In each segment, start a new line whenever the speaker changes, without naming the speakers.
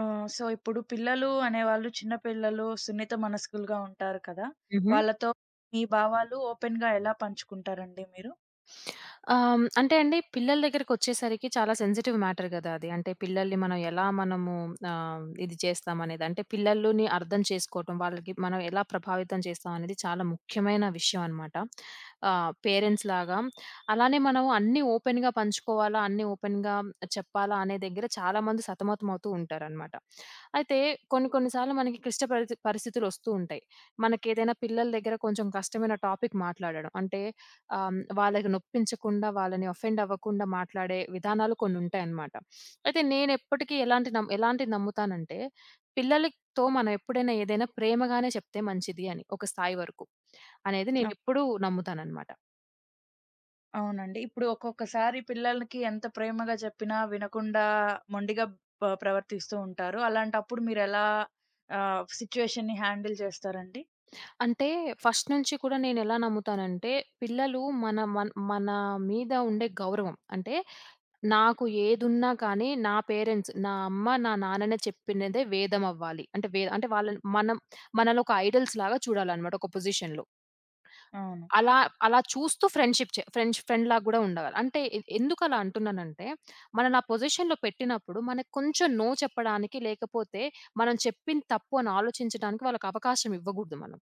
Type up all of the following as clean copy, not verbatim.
ఆ! సో, ఇప్పుడు పిల్లలు అనేవాళ్ళు చిన్న పిల్లలు సున్నిత మనస్కులుగా ఉంటారు కదా!
హుహు.
వాళ్ళతో మీ భావాలు ఓపెన్‌గా ఎలా పంచుకుంటారండి మీరు?
అంటే అండి పిల్లల దగ్గరికొచ్చేసరికి చాలా సెన్సిటివ్ మ్యాటర్ గదా అది. అంటే పిల్లల్ని మనం ఎలా మనము ఇది చేస్తామనేది. అంటే పిల్లలని అర్థం చేసుకోవటం, వాళ్ళకి మనం ఎలా ప్రభావితం చేస్తాం అనేది చాలా ముఖ్యమైన విషయం అనమాట. పేరెంట్స్ లాగా. అలానే మనం అన్నీ ఓపెన్‌గా పంచుకోవాలా, అన్నీ ఓపెన్‌గా చెప్పాలా అనే దగ్గర చాలామంది సతమతమవుతూ ఉంటారనమాట. అయితే కొన్ని కొన్ని సార్లు మనకి క్లిష్ట పరిస్థి పరిస్థితులొస్తూ ఉంటాయి. మనకేదైనా పిల్లల దగ్గర కొంచెం కష్టమైన టాపిక్ మాట్లాడడం. అంటే వాళ్ళకి నొప్పించకుండా, వాళ్ళని అఫెండ్ అవ్వకుండా మాట్లాడే విధానాలు కొన్నుంటాయన్నమాట. అయితే నేనెప్పటికీ ఎలాంటిది నమ్ముతానంటే, పిల్లలతో మనం ఎప్పుడైనా ఏదైనా ప్రేమగానే చెప్తే మంచిది అని, ఒక స్థాయి వరకు అనేది
అ!
నేనెప్పుడూ నమ్ముతానన్నమాట.
అవునండి. ఇప్పుడు ఒక్కొక్కసారి పిల్లలకి ఎంత ప్రేమగా చెప్పినా వినకుండా మొండిగా ప్రవర్తిస్తూ ఉంటారు. అలాంటప్పుడు మీరెలా సిట్యుయేషన్‌ని హ్యాండిల్ చేస్తారండి?
అంటే ఫస్ట్ నుంచి కూడా నేనెలా నమ్ముతానంటే, పిల్లలు మన మీద ఉండే గౌరవం. అంటే నాకు ఏదున్నా కానీ నా పేరెంట్స్, నా అమ్మ, నా నాన్ననే చెప్పినదే వేదమవ్వాలి. అంటే వేద అంటే వాళ్ళని మనం మనలో ఒక ఐడల్స్ లాగా చూడాలనమాట ఒక పొజిషన్‌లో.
అవును.
అలా అలా చూస్తూ ఫ్రెండ్‌షిప్ చే ఫ్రెండ్స్ ఫ్రెండ్‌లా గూడా ఉండగల అంటే ఎందుకలా అంటున్నానంటే, మనల్ని ఆ పొజిషన్‌లో పెట్టినప్పుడు మనకు కొంచెం నో చెప్పడానికి లేకపోతే, మనం చెప్పింది తప్పు అని ఆలోచించడానికి వాళ్ళకి అవకాశం ఇవ్వగూడదు మనం.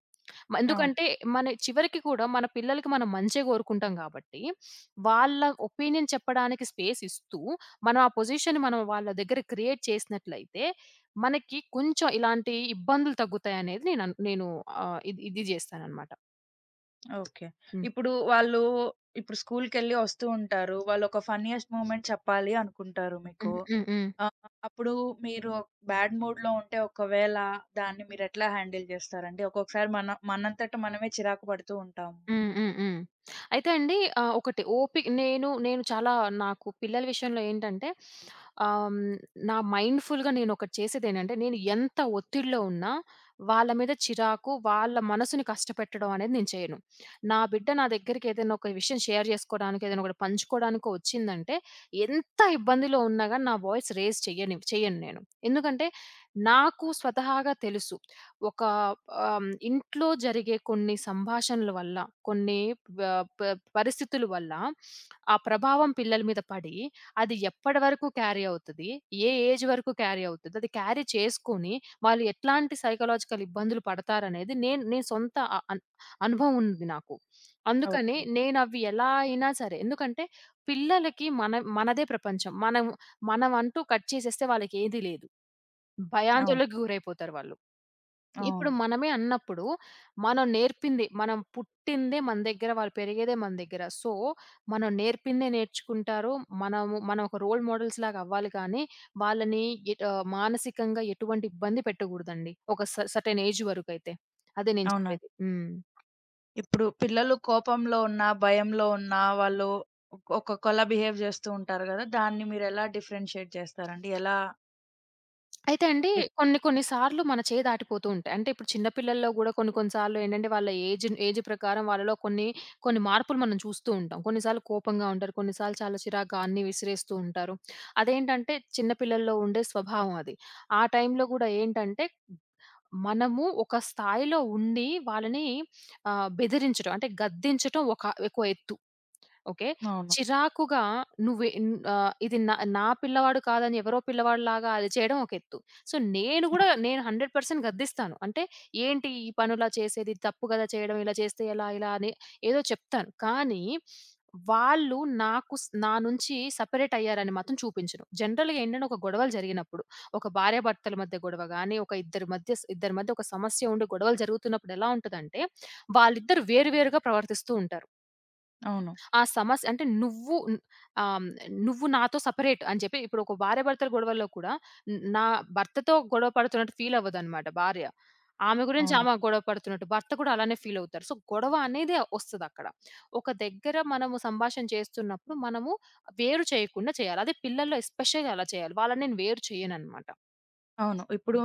అవును.
ఎందుకంటే మన చివరికి కూడా మన పిల్లలకి మనం మంచే కోరుకుంటాం కాబట్టి, వాళ్ళ ఒపీనియన్ చెప్పడానికి స్పేస్ ఇస్తూ, మనం ఆ పొజిషన్ మనం వాళ్ళ దగ్గర క్రియేట్ చేసినట్లయితే, మనకి కొంచెం ఇలాంటి ఇబ్బందులు తగ్గుతాయనేది నేను ఆహ్, ఇది ఇది జేస్తాననమాట.
ఓకే.
హ్మ్.
ఇప్పుడు వాళ్ళు ఇప్పుడు స్కూల్‌కెళ్ళి వస్తూ ఉంటారు. వాళ్ళొక ఫన్నీయెస్ట్ మూమెంట్ చెప్పాలి అనుకుంటారు మీకు.
హ్మ్. హ్మ్. హ్మ్.
ఆ! అప్పుడు మీరు బ్యాడ్ మూడ్‌లో ఉంటే ఒకవేళ దాన్ని మీరెట్లా హ్యాండిల్ జేస్తారండి? ఒక్కొక్కసారి మన మనంతట మనమే చిరాకు పడుతూ ఉంటాము.
హ్మ్. హ్మ్. హ్మ్. అయితే అండి ఒకటి ఓపిక నేను నేను చాలా నాకు పిల్లల విషయంలో ఏంటంటే ఆహ్, హ్మ్, నా మైండ్‌ఫుల్‌గా నేనొకటి చేసేదేంటంటే నేను ఎంత ఒత్తిడిలో ఉన్నా వాళ్ళ మీద చిరాకు, వాళ్ళ మనసుని కష్టపెట్టడం అనేది నేను చేయను. నా బిడ్డ నా దగ్గరికి ఏదైనా ఒక విషయం షేర్ చేసుకోవడానికో, ఏదైనా ఒకటి పంచుకోవడానికో వచ్చిందంటే ఎంత ఇబ్బందిలో ఉన్నా గాని నా వాయిస్ రైజ్ చెయ్యను నేను. ఎందుకంటే నాకు స్వతహాగా తెలుసు. ఒక ఇంట్లో జరిగే కొన్ని సంభాషణల వల్ల, కొన్ని వ ప పరిస్థితుల వల్ల ఆ ప్రభావం పిల్లల మీద పడి, అది ఎప్పటి వరకు క్యారీ అవుతది? ఏ ఏజ్ వరకు క్యారీ అవుతది? అది క్యారీ చేసుకొని వాళ్ళు ఎట్లాంటి సైకలాజికల్ ఇబ్బందులు పడతారనేది నేను నేను సొంత అ అన్ అనుభవం ఉంది నాకు. అందుకని
ఓకే.
నేనవి ఎలా అయినా సరే ఎందుకంటే పిల్లలకి మనదే ప్రపంచం. మనం మనం అంటూ కట్ చేసేస్తే వాళ్ళకేది లేదు.
అవును.
భయాందోళనకి గురైపోతారు వాళ్ళు.
అవును.
ఇప్పుడు మనమే అన్నప్పుడు, మనం నేర్పింది మనం పుట్టిందే మన దగ్గర, వాళ్ళు పెరిగేదే మన దగ్గర. సో, మనం నేర్పిందే నేర్చుకుంటారు. మనం ఒక రోల్ మోడల్స్‌లాగా అవ్వాలి కానీ, వాళ్ళని మానసికంగా ఎటువంటి ఇబ్బంది పెట్టకూడదండి. ఒక సర్టెన్ ఏజ్ వరకైతే. అదే నేను
అవునండి.
చెప్పేది. హ్మ్.
ఇప్పుడు పిల్లలు కోపంలో ఉన్నా, భయంలో ఉన్నా వాళ్ళు ఒక్కొక్కలా బిహేవ్ జేస్తూ ఉంటారు గదా! దాన్ని మీరెలా డిఫరెన్షియేట్ జేస్తారండి? ఎలా
అయితే అండి
డిఫ్
కొన్ని కొన్ని సార్లు మన చేయి దాటిపోతూ ఉంటాయి. అంటే ఇప్పుడు చిన్న పిల్లల్లో గూడా కొన్ని కొన్ని సార్లు ఏంటంటే వాళ్ళ ఏజ్ ఏజ్ ప్రకారం వాళ్ళలో కొన్ని కొన్ని మార్పులు మనం చూస్తూ ఉంటాం. కొన్నిసార్లు కోపంగా ఉంటారు. కొన్నిసార్లు చాలా చిరాగ్గా అన్నీ విసిరేస్తూ ఉంటారు. అదేంటంటే చిన్న పిల్లల్లో ఉండే స్వభావం అది. ఆ టైంలో గూడా ఏంటంటే మనము ఒక స్థాయిలో ఉండి వాళ్ళని బెదిరించడం అంటే గద్దించటం ఒక ఒక ఎత్తు. ఓకే.
అవును.
చిరాకుగా ఇది నా నా పిల్లవాడు కాదని ఎవరో పిల్లవాడిలాగా అది చేయడం ఒక ఎత్తు. సో, నేను 100% గద్దిస్తాను. అంటే, "ఏంటి ఈ పనులా చేసేది? ఇది తప్పు గదా! చేయడం. ఇలా చేస్తే ఎలా?" ఇలా అని ఏదో చెప్తాను. కానీ, వాళ్ళు నాకు స్ నా నుంచి సెపరేట్ అయ్యారని మాత్రం చూపించను. జనరల్‌గా ఏంటంటే, ఒక గొడవలు జరిగినప్పుడు, ఒక భార్యాభర్తల మధ్య గొడవ గానీ, ఒక ఇద్దరి మధ్య ఇద్దరి మధ్య ఒక సమస్య ఉండి గొడవలు జరుగుతున్నప్పుడు ఎలా ఉంటదంటే, వాళ్ళిద్దరూ వేరు వేరుగా ప్రవర్తిస్తూ ఉంటారు.
అవును.
ఆ సమస్య అంటే ఆహ్, నువ్వు నాతో సెపరేట్ అని చెప్పి ఇప్పుడు ఒక భార్యాభర్తల గొడవల్లో కూడా నా భర్తతో గొడవ పడుతున్నట్టు ఫీల్ అవ్వదన్నమాట భార్య. ఆమె గురించి
అవును.
ఆమె గొడవ పడుతున్నట్టు, భర్త కూడా అలానే ఫీల్ అవుతారు. సో, గొడవ అనేది ఒస్తదక్కడ. ఒక దగ్గర మనము సంభాషణ చేస్తున్నప్పుడు మనము వేరు చేయకుండా చేయాలి. అదే పిల్లల్లో ఎస్పెషల్‌గా అలా చేయాలి. వాళ్ళని నేను వేరు చేయనన్నమాట.
అవును. ఇప్పుడు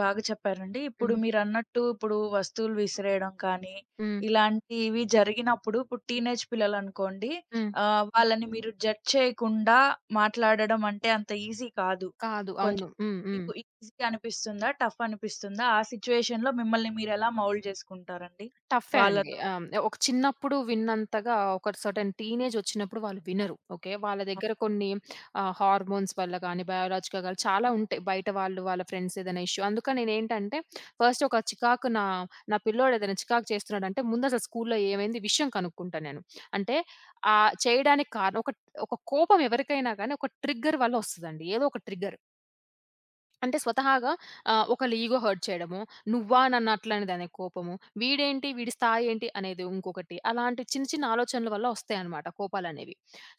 బాగా చెప్పారండి. ఇప్పుడు
హ్మ్.
మీరన్నట్టు ఇప్పుడు వస్తువులు విసిరేయడం కానీ,
హ్మ్.
ఇలాంటివి జరిగినప్పుడు ఇప్పుడు టీనేజ్ పిల్లలనుకోండి
హ్మ్.
వాళ్ళని మీరు జడ్జ్ చేయకుండా మాట్లాడడం అంటే అంత ఈజీ కాదు.
కాదు.
కొంచెం
అవును. హ్మ్. హ్మ్.
మీకు ఈజీ అనిపిస్తుందా? టఫ్ అనిపిస్తుందా? ఆ సిట్యుయేషన్‌లో మిమ్మల్ని మీరెలా మౌల్డ్ చేసుకుంటారండి?
టఫే అండి.
వాళ్ళతో
ఒక చిన్నప్పుడు విన్నంతగా ఒక సర్టెన్ టీనేజ్ వచ్చినప్పుడు వాళ్ళు వినరు. ఓకే. వాళ్ళ
ఓహ్!
దగ్గర కొన్ని హార్మోన్స్ వల్ల గాని, బయాలజికల్‌గా చాలా ఉంటాయి. బయట వాళ్ళు వాళ్ళ ఫ్రెండ్స్ ఏదైనా ఇష్యూ అందుకని నేనేంటంటే ఫస్ట్ ఒక చికాకు నా నా పిల్లోడు ఏదైనా చికాకు చేస్తున్నాడంటే ముందసలు స్కూల్‌లో ఏమైంది విషయం కనుక్కుంటా నేను. అంటే చేయడానికి కారణం ఒక ఒక కోపం ఎవరికైనా గాని ఒక ట్రిగ్గర్ వల్ల వస్తదండి. ఏదో ఒక ట్రిగ్గర్. అంటే స్వతహాగా ఒకళ్ళ ఇగో హర్ట్ చేయడము, నువ్వా నన్నట్లనేదనే కోపము, వీడేంటి వీడి స్థాయేంటి అనేది ఇంకొకటి. అలాంటి చిన్న చిన్న ఆలోచనల వల్ల వస్తాయన్నమాట కోపాలనేవి.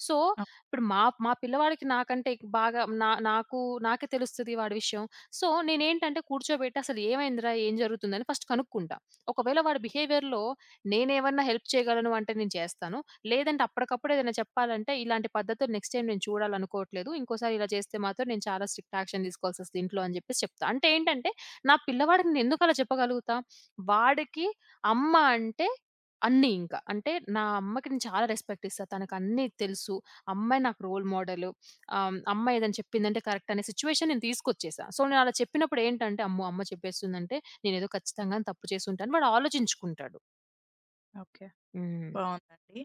సో,
ఓహ్!
ఇప్పుడు మా మా పిల్లవాడికి నాకంటే ఎక్- బాగా నా నాకు నాకే తెలుస్తది వాడి విషయం. సో, నేనేంటంటే కూర్చోబెట్టి అసలు ఏమైందిరా? ఏం జరుగుతుందని ఫస్ట్ కనుక్కుంటా. ఒకవేళ వాడి బిహేవియర్‌లో నేనేమన్నా హెల్ప్ చేయగలను అంటే నేను చేస్తాను. లేదంటే అప్పటికప్పుడు ఏదైనా చెప్పాలంటే, ఇలాంటి పద్ధతులు నెక్స్ట్ టైమ్ నేను చూడాలనుకోవట్లేదు. ఇంకోసారి ఇలా చేస్తే మాత్రం నేను చాలా స్ట్రిక్ట్ యాక్షన్ తీసుకోవాల్సొస్తది ఇంట్లో అని జెప్పేసి చెప్తా. అంటే ఏంటంటే, నా పిల్లవాడికి నేనెందుకలా చెప్పగలుగుతా? వాడికి అమ్మ అంటే అన్నీ ఇంక. అంటే నా అమ్మకి నేను చాలా రెస్పెక్ట్ ఇస్తా. తనకన్నీ తెలుసు. అమ్మాయి నాకు రోల్ మోడలు. అమ్మ ఏదైనా చెప్పిందంటే కరెక్ట్ అనే సిచ్యువేషన్ నేను తీసుకొచ్చేసా. సో, నేను అలా చెప్పినప్పుడు ఏంటంటే, అమ్మో! అమ్మ చెప్పేస్తుందంటే నేనేదో ఖచ్చితంగానే తప్పు చేసుంటాను. వాడు ఆలోచించుకుంటాడు.
ఓకే.
హ్మ్.
బావుందండి.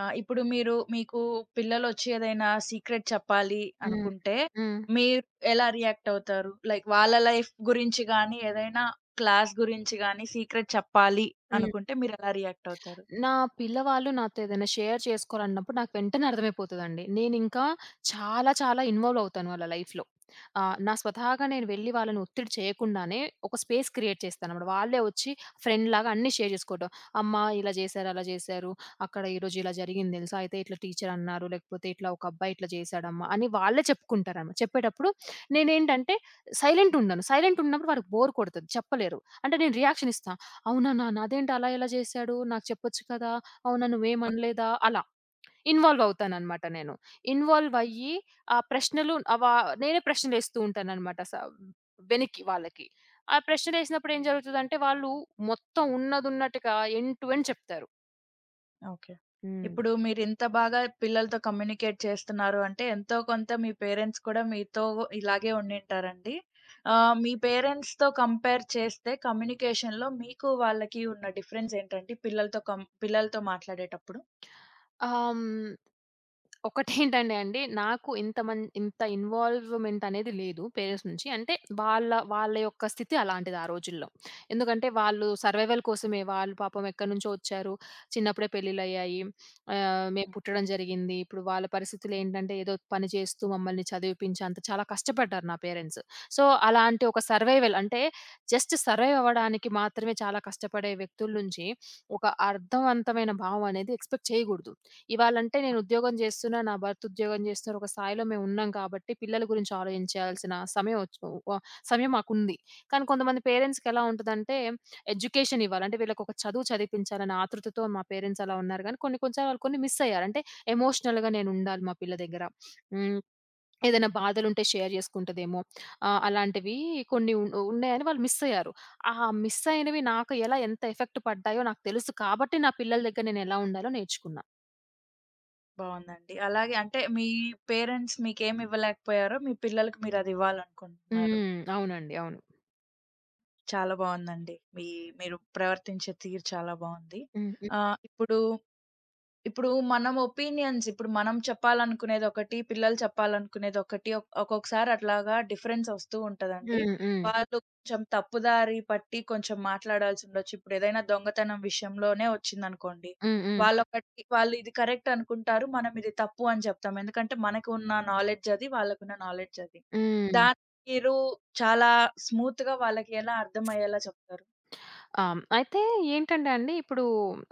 ఇప్పుడు మీరు మీకు పిల్లలొచ్చి ఏదైనా సీక్రెట్ చెప్పాలి
హ్మ్.
అనుకుంటే,
హ్మ్.
మీరు ఎలా రియాక్ట్ అవుతారు? లైక్ వాళ్ళ లైఫ్ గురించి గానీ, ఏదైనా క్లాస్ గురించి గానీ, సీక్రెట్ చెప్పాలి
హ్మ్.
అనుకుంటే మీరెలా రియాక్ట్ అవుతారు?
నా పిల్లవాళ్ళు నాతో ఏదైనా షేర్ చేసుకోవాలన్నప్పుడు నాకు వెంటనే అర్థమైపోతదండి. నేనింకా చాలా చాలా ఇన్వాల్వ్ అవుతాను వాళ్ళ లైఫ్‌లో. నా స్వతహాగా నేను వెళ్లి వాళ్ళని ఒత్తిడి చేయకుండానే ఒక స్పేస్ క్రియేట్ చేస్తానన్నమాట. వాళ్ళే వచ్చి ఫ్రెండ్‌లాగా అన్నీ షేర్ చేసుకోవటం. "అమ్మా ఇలా జేశారు, అలా జేశారు. అక్కడ ఈరోజు ఇలా జరిగింది తెలుసా? అయితే ఇట్లా టీచర్ అన్నారు. లేకపోతే ఇట్లా ఒక అబ్బాయి ఇట్లా చేశాడమ్మా" అని వాళ్ళే చెప్పుకుంటారన్నమాట. చెప్పేటప్పుడు నేనేంటంటే సైలెంట్ ఉండను. సైలెంట్ ఉన్నప్పుడు వాళ్ళకి బోర్ కొడతది చెప్పలేరు. అంటే నేను రియాక్షన్ ఇస్తాను. అవునా నాన్న! అదేంటి అలా ఎలా చేశాడు? నాకు చెప్పొచ్చు కదా! అవునా నువ్వేమనలేదా? అలా ఇన్వాల్వ్ అవుతాననమాట నేను. ఇన్వాల్వ్ అయ్యి ఆ ప్రశ్నలు అవ నేనే ప్రశ్నలేస్తూ ఉంటాననమాట. వెనక్కి వాళ్ళకి. ఆ ప్రశ్నలేసినప్పుడు ఏం జరుగుతదంటే, వాళ్ళు మొత్తం ఉన్నదున్నట్టుగా ఎండ్ టు ఎండ్ చెప్తారు.
ఓకే.
హ్మ్.
ఇప్పుడు మీరింత బాగా పిల్లలతో కమ్యూనికేట్ చేస్తున్నారు అంటే, ఎంతో కొంత మీ పేరెంట్స్ కూడా మీతో ఇలాగే ఉండింటారండి. మీ పేరెంట్స్‌తో కంపేర్ చేస్తే కమ్యూనికేషన్‌లో మీకు, వాళ్ళకి ఉన్న డిఫరెన్స్ ఏంటంటే పిల్లలతో మాట్లాడేటప్పుడు?
ఆహ్, హ్మ్. ఒకటేంటంటే అండి, నాకు ఇంత ఇంత ఇన్వాల్వ్‌మెంట్ అనేది లేదు పేరెంట్స్ నుంచి. అంటే వాళ్ళ వాళ్ళ యొక్క స్థితి అలాంటిది ఆ రోజుల్లో. ఎందుకంటే వాళ్ళు సర్వైవల్ కోసమే వాళ్ళు పాపం ఎక్కడ్నుంచో వచ్చారు. చిన్నప్పుడే పెళ్ళిళ్ళయ్యాయి. మేము
హ్మ్.
పుట్టడం జరిగింది. ఇప్పుడు వాళ్ళ పరిస్థితులేంటంటే ఏదో పని చేస్తూ మమ్మల్ని చదివిపించేంత చాలా కష్టపడ్డారు నా పేరెంట్స్. సో, అలాంటి ఒక సర్వైవల్ అంటే జస్ట్ సర్వైవ్ అవ్వడానికి మాత్రమే చాలా కష్టపడే వ్యక్తుల నుంచి ఒక అర్థవంతమైన భావం అనేది ఎక్స్‌పెక్ట్ చేయగూడదు. ఇవాళంటే నేను ఉద్యోగం చేస్తున్నా, నా భర్త ఉద్యోగం చేస్తున్నారు. ఒక స్థాయిలో మేమున్నాం కాబట్టి పిల్లల గురించి ఆలోచించాల్సిన సమయం ఒచ్చు వ సమయం మాకుంది. కానీ కొంతమంది పేరెంట్స్‌కెలా ఉంటదంటే ఎడ్యుకేషన్ ఇవ్వాలి. అంటే వీళ్ళకొక చదువు చదివిపించాలనే ఆతృతతో మా పేరెంట్స్ అలా ఉన్నారు గానీ కొన్ని కొన్ని సార్లు వాళ్ళు కొన్ని మిస్ అయ్యారు. అంటే ఎమోషనల్‌గా నేనుండాలి మా పిల్ల దగ్గర. హ్మ్. ఏదైనా బాధలుంటే షేర్ చేసుకుంటదేమో అలాంటివి కొన్ని ఉన్నాయని వాళ్ళు మిస్ అయ్యారు. ఆ మిస్ అయినవి నాకు ఎంత ఎఫెక్ట్ పడ్డాయో నాకు తెలుసు కాబట్టి నా పిల్లల దగ్గర నేనెలా ఉండాలో నేర్చుకున్నా.
బావుందండి. అలాగే అంటే మీ పేరెంట్స్ మీకేమి ఇవ్వలేకపోయారో, మీ పిల్లలకి మీరు అది ఇవ్వాలనుకుంటున్నారు.
హ్మ్. అవునండి. అవును.
చాలా బావుందండి. మీ మీరు ప్రవర్తించే తీరు చాలా బావుంది.
హ్మ్. హ్మ్.
ఇప్పుడు ఇప్పుడు మనం ఒపీనియన్స్ ఇప్పుడు మనం చెప్పాలనుకునేదొకటి, పిల్లలు చెప్పాలనుకునేదొకటి ఒక్కొక్కసారి అట్లాగా డిఫరెన్స్ ఒస్తూ ఉంటదండి.
హ్మ్. హ్మ్.
వాళ్ళు కొంచెం తప్పుదారి పట్టి కొంచెం మాట్లాడాల్సుండొచ్చు. ఇప్పుడేదైనా దొంగతనం విషయంలోనే వచ్చిందనుకోండి.
హ్మ్.
వాళ్ళొకటి
హ్మ్.
వాళ్ళు ఒకటి వాళ్ళు ఇది కరెక్ట్ అనుకుంటారు. మనం ఇది తప్పు అని చెప్తాం. ఎందుకంటే మనకున్న నాలెడ్జ్ అది. వాళ్ళకున్న నాలెడ్జ్ అది.
హ్మ్.
దాన్ని మీరు చాలా స్మూత్‌గా వాళ్ళకి ఎలా అర్థమయ్యేలా చెప్తారు?
అయితే ఏంటంటే అండి ఇప్పుడు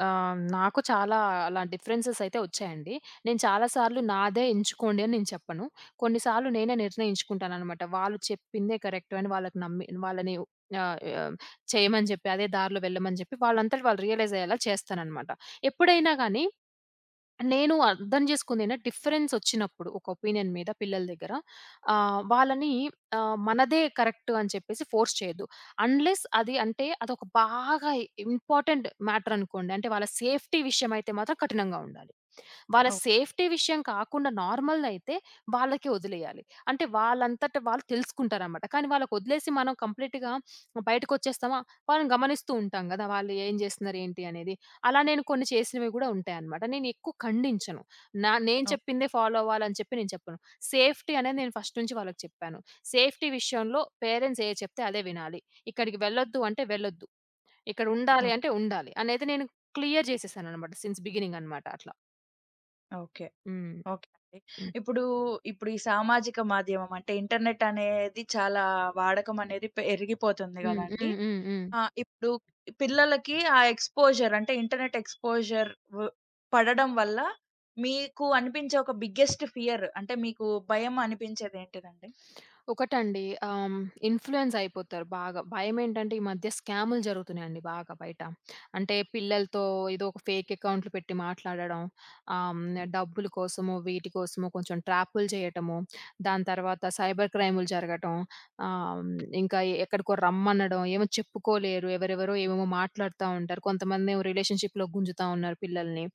నాకు చాలా అలా డిఫరెన్సెస్ అయితే వచ్చాయండి. నేను చాలా సార్లు నాదే ఎంచుకోండి అని నేను చెప్పను. కొన్ని సార్లు నేనే నిర్ణయించుకుంటాననమాట. వాళ్ళు చెప్పిందే కరెక్ట్ అని వాళ్ళకి నమ్మి వాళ్ళని ఆహ్, ఆహ్, చేయమని చెప్పి అదే దారిలో వెళ్ళమని చెప్పి వాళ్ళంతట వాళ్ళు రియలైజ్ అయ్యేలా చేస్తాననమాట. ఎప్పుడైనా గాని నేను అర్థం చేసుకుందేంటంటే, డిఫరెన్సొచ్చినప్పుడు ఒక ఒపీనియన్ మీద పిల్లల దగ్గర వాళ్ళని మనదే కరెక్ట్ అని చెప్పేసి ఫోర్స్ చేయొద్దు. అన్‌లెస్ అది అంటే అదొక బాగా ఇంపార్టెంట్ మ్యాటర్ అనుకోండి. అంటే వాళ్ళ సేఫ్టీ విషయం అయితే మాత్రం కఠినంగా ఉండాలి. వాళ్ళ
ఓకే.
సేఫ్టీ విషయం కాకుండా నార్మల్‌దయితే వాళ్ళకే వదిలేయాలి. అంటే వాళ్ళంతట వాళ్ళు తెలుసుకుంటారనమాట. కానీ వాళ్ళకొదిలేసి మనం కంప్లీట్‌గా బయటకొచ్చేస్తామా, వాళ్ళని గమనిస్తూ ఉంటాం గదా! వాళ్ళు ఏం చేస్తున్నారు ఏంటి అనేది. అలా నేను కొన్ని చేసినవి గూడా ఉంటాయనమాట. నేనెక్కువ ఖండించను. నేను
ఓకే.
చెప్పిందే ఫాలో అవ్వాలని చెప్పి నేను చెప్పను. సేఫ్టీ అనేది నేను ఫస్ట్ నుంచి వాళ్ళకి చెప్పాను. సేఫ్టీ విషయంలో పేరెంట్స్ ఏది చెప్తే అదే వినాలి. ఇక్కడికి వెళ్ళొద్దు అంటే వెళ్ళొద్దు. ఇక్కడ ఉండాలి
ఓకే.
అంటే ఉండాలి. అనేది నేను క్లియర్ చేసేసాననమాట. సిన్స్ బిగినింగ్ అనమాట అట్లా.
ఓకే.
హ్మ్.
ఓకే అండి. ఇప్పుడు, ఇప్పుడు ఈ సామాజిక మాధ్యమం అంటే ఇంటర్నెట్ అనేది చాలా వాడకం అనేది పెరిగిపోతుంది
హ్మ్.
గదండీ!
హ్మ్. హ్మ్. హ్మ్.
ఇప్పుడు పిల్లలకి ఆ ఎక్స్‌పోజర్ అంటే ఇంటర్నెట్ ఎక్స్‌పోజర్ వ్ పడడం వల్ల మీకు అనిపించే ఒక బిగ్గెస్ట్ ఫియర్ అంటే మీకు భయం అనిపించేదేంటిదండి?
ఒకటండి ఆహ్, ఇన్‌ఫ్లూయెన్స్ అయిపోతారు బాగా. భయమేంటంటే ఈ మధ్య స్కాములు జరుగుతున్నాయండి బాగా బయట. అంటే పిల్లలతో ఏదో ఒక ఫేక్ అకౌంట్లు పెట్టి మాట్లాడడం. ఆహ్, హ్మ్. డబ్బుల కోసమో, వీటి కోసమో కొంచెం ట్రాపులు చేయటము. దాని తర్వాత సైబర్ క్రైములు జరగటం. ఆహ్, హ్మ్. ఇంకా ఎక్కడికో రమ్మనడం. ఏమో చెప్పుకోలేరు. ఎవరెవరో ఏమేమో మాట్లాడుతా ఉంటారు. కొంతమందేమో రిలేషన్‌షిప్‌లో గుంజుతా ఉన్నారు పిల్లల్ని.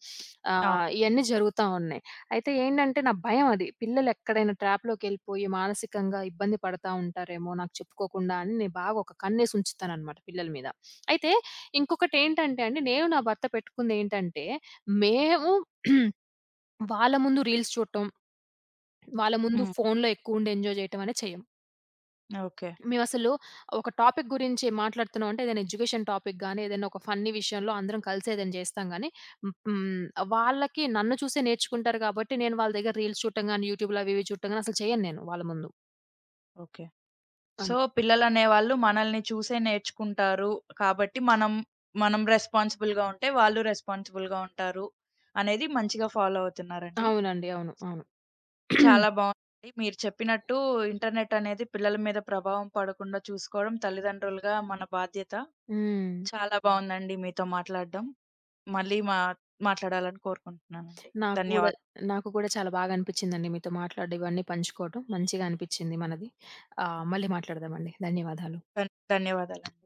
అవును.
ఇయన్నీ జరుగుతా ఉన్నాయి. అయితే ఏంటంటే నా భయం అది. పిల్లలెక్కడైనా ట్రాప్‌లోకెళ్ళిపోయి మానసికంగా ఇబ్బంది పడతా ఉంటారేమో నాకు చెప్పుకోకుండా అని నేను బాగా ఒక కన్నేసి ఉంచుతాననమాట పిల్లల మీద. అయితే ఇంకొకటేంటంటే అండి, నేను నా భర్త పెట్టుకుందేంటంటే, మేము వాళ్ళ ముందు రీల్స్ చూడటం, వాళ్ళ ముందు
హ్మ్.
ఫోన్‌లో ఎక్కువుండి ఎంజాయ్ జేయటం అనేది చెయ్యం.
ఓకే.
మేమసలు ఒక టాపిక్ గురించి మాట్లాడుతున్నాం అంటే ఏదైనా ఎడ్యుకేషన్ టాపిక్ గాని, ఏదైనా ఒక ఫన్నీ విషయంలో అందరం కలిసి ఏదైనా జేస్తాం గానీ, హ్మ్, హ్మ్. వాళ్ళకి నన్ను చూసే నేర్చుకుంటారు గాబట్టి, నేను వాళ్ళ దగ్గర రీల్స్ చూడటం గాని, యూట్యూబ్‌లో అవి ఇవి చూడటం గాని అసలు చెయ్యను నేను వాళ్ళ ముందు.
ఓకే. సో,
అలా.
పిల్లలనేవాళ్ళు మనల్ని చూసే నేర్చుకుంటారు. కాబట్టి మనం, మనం రెస్పాన్సిబుల్‌గా ఉంటే వాళ్ళు రెస్పాన్సిబుల్‌గా ఉంటారు అనేది మంచిగా ఫాలో అవుతున్నారండి.
అవునండి. అవును. అవును.
చాలా బావుందండి. మీరు చెప్పినట్టు ఇంటర్నెట్ అనేది పిల్లల మీద ప్రభావం పడకుండా చూసుకోవడం తల్లిదండ్రులుగా మన బాధ్యత.
హ్మ్.
చాలా బావుందండి మీతో మాట్లాడడం. మళ్ళీ మా మాట్లాడాలని కోరుకుంటున్నానండి.
నాకు గూడా
ధన్యవాద
నాకు కూడా చాలా బాగా అనిపిచ్చిందండి మీతో మాట్లాడడం, ఇవన్నీ పంచుకోవటం. మంచిగా అనిపిచ్చింది మనది. మళ్ళీ మాట్లాడదామండి. ధన్యవాదాలు.
ధన్యవాదాలండి.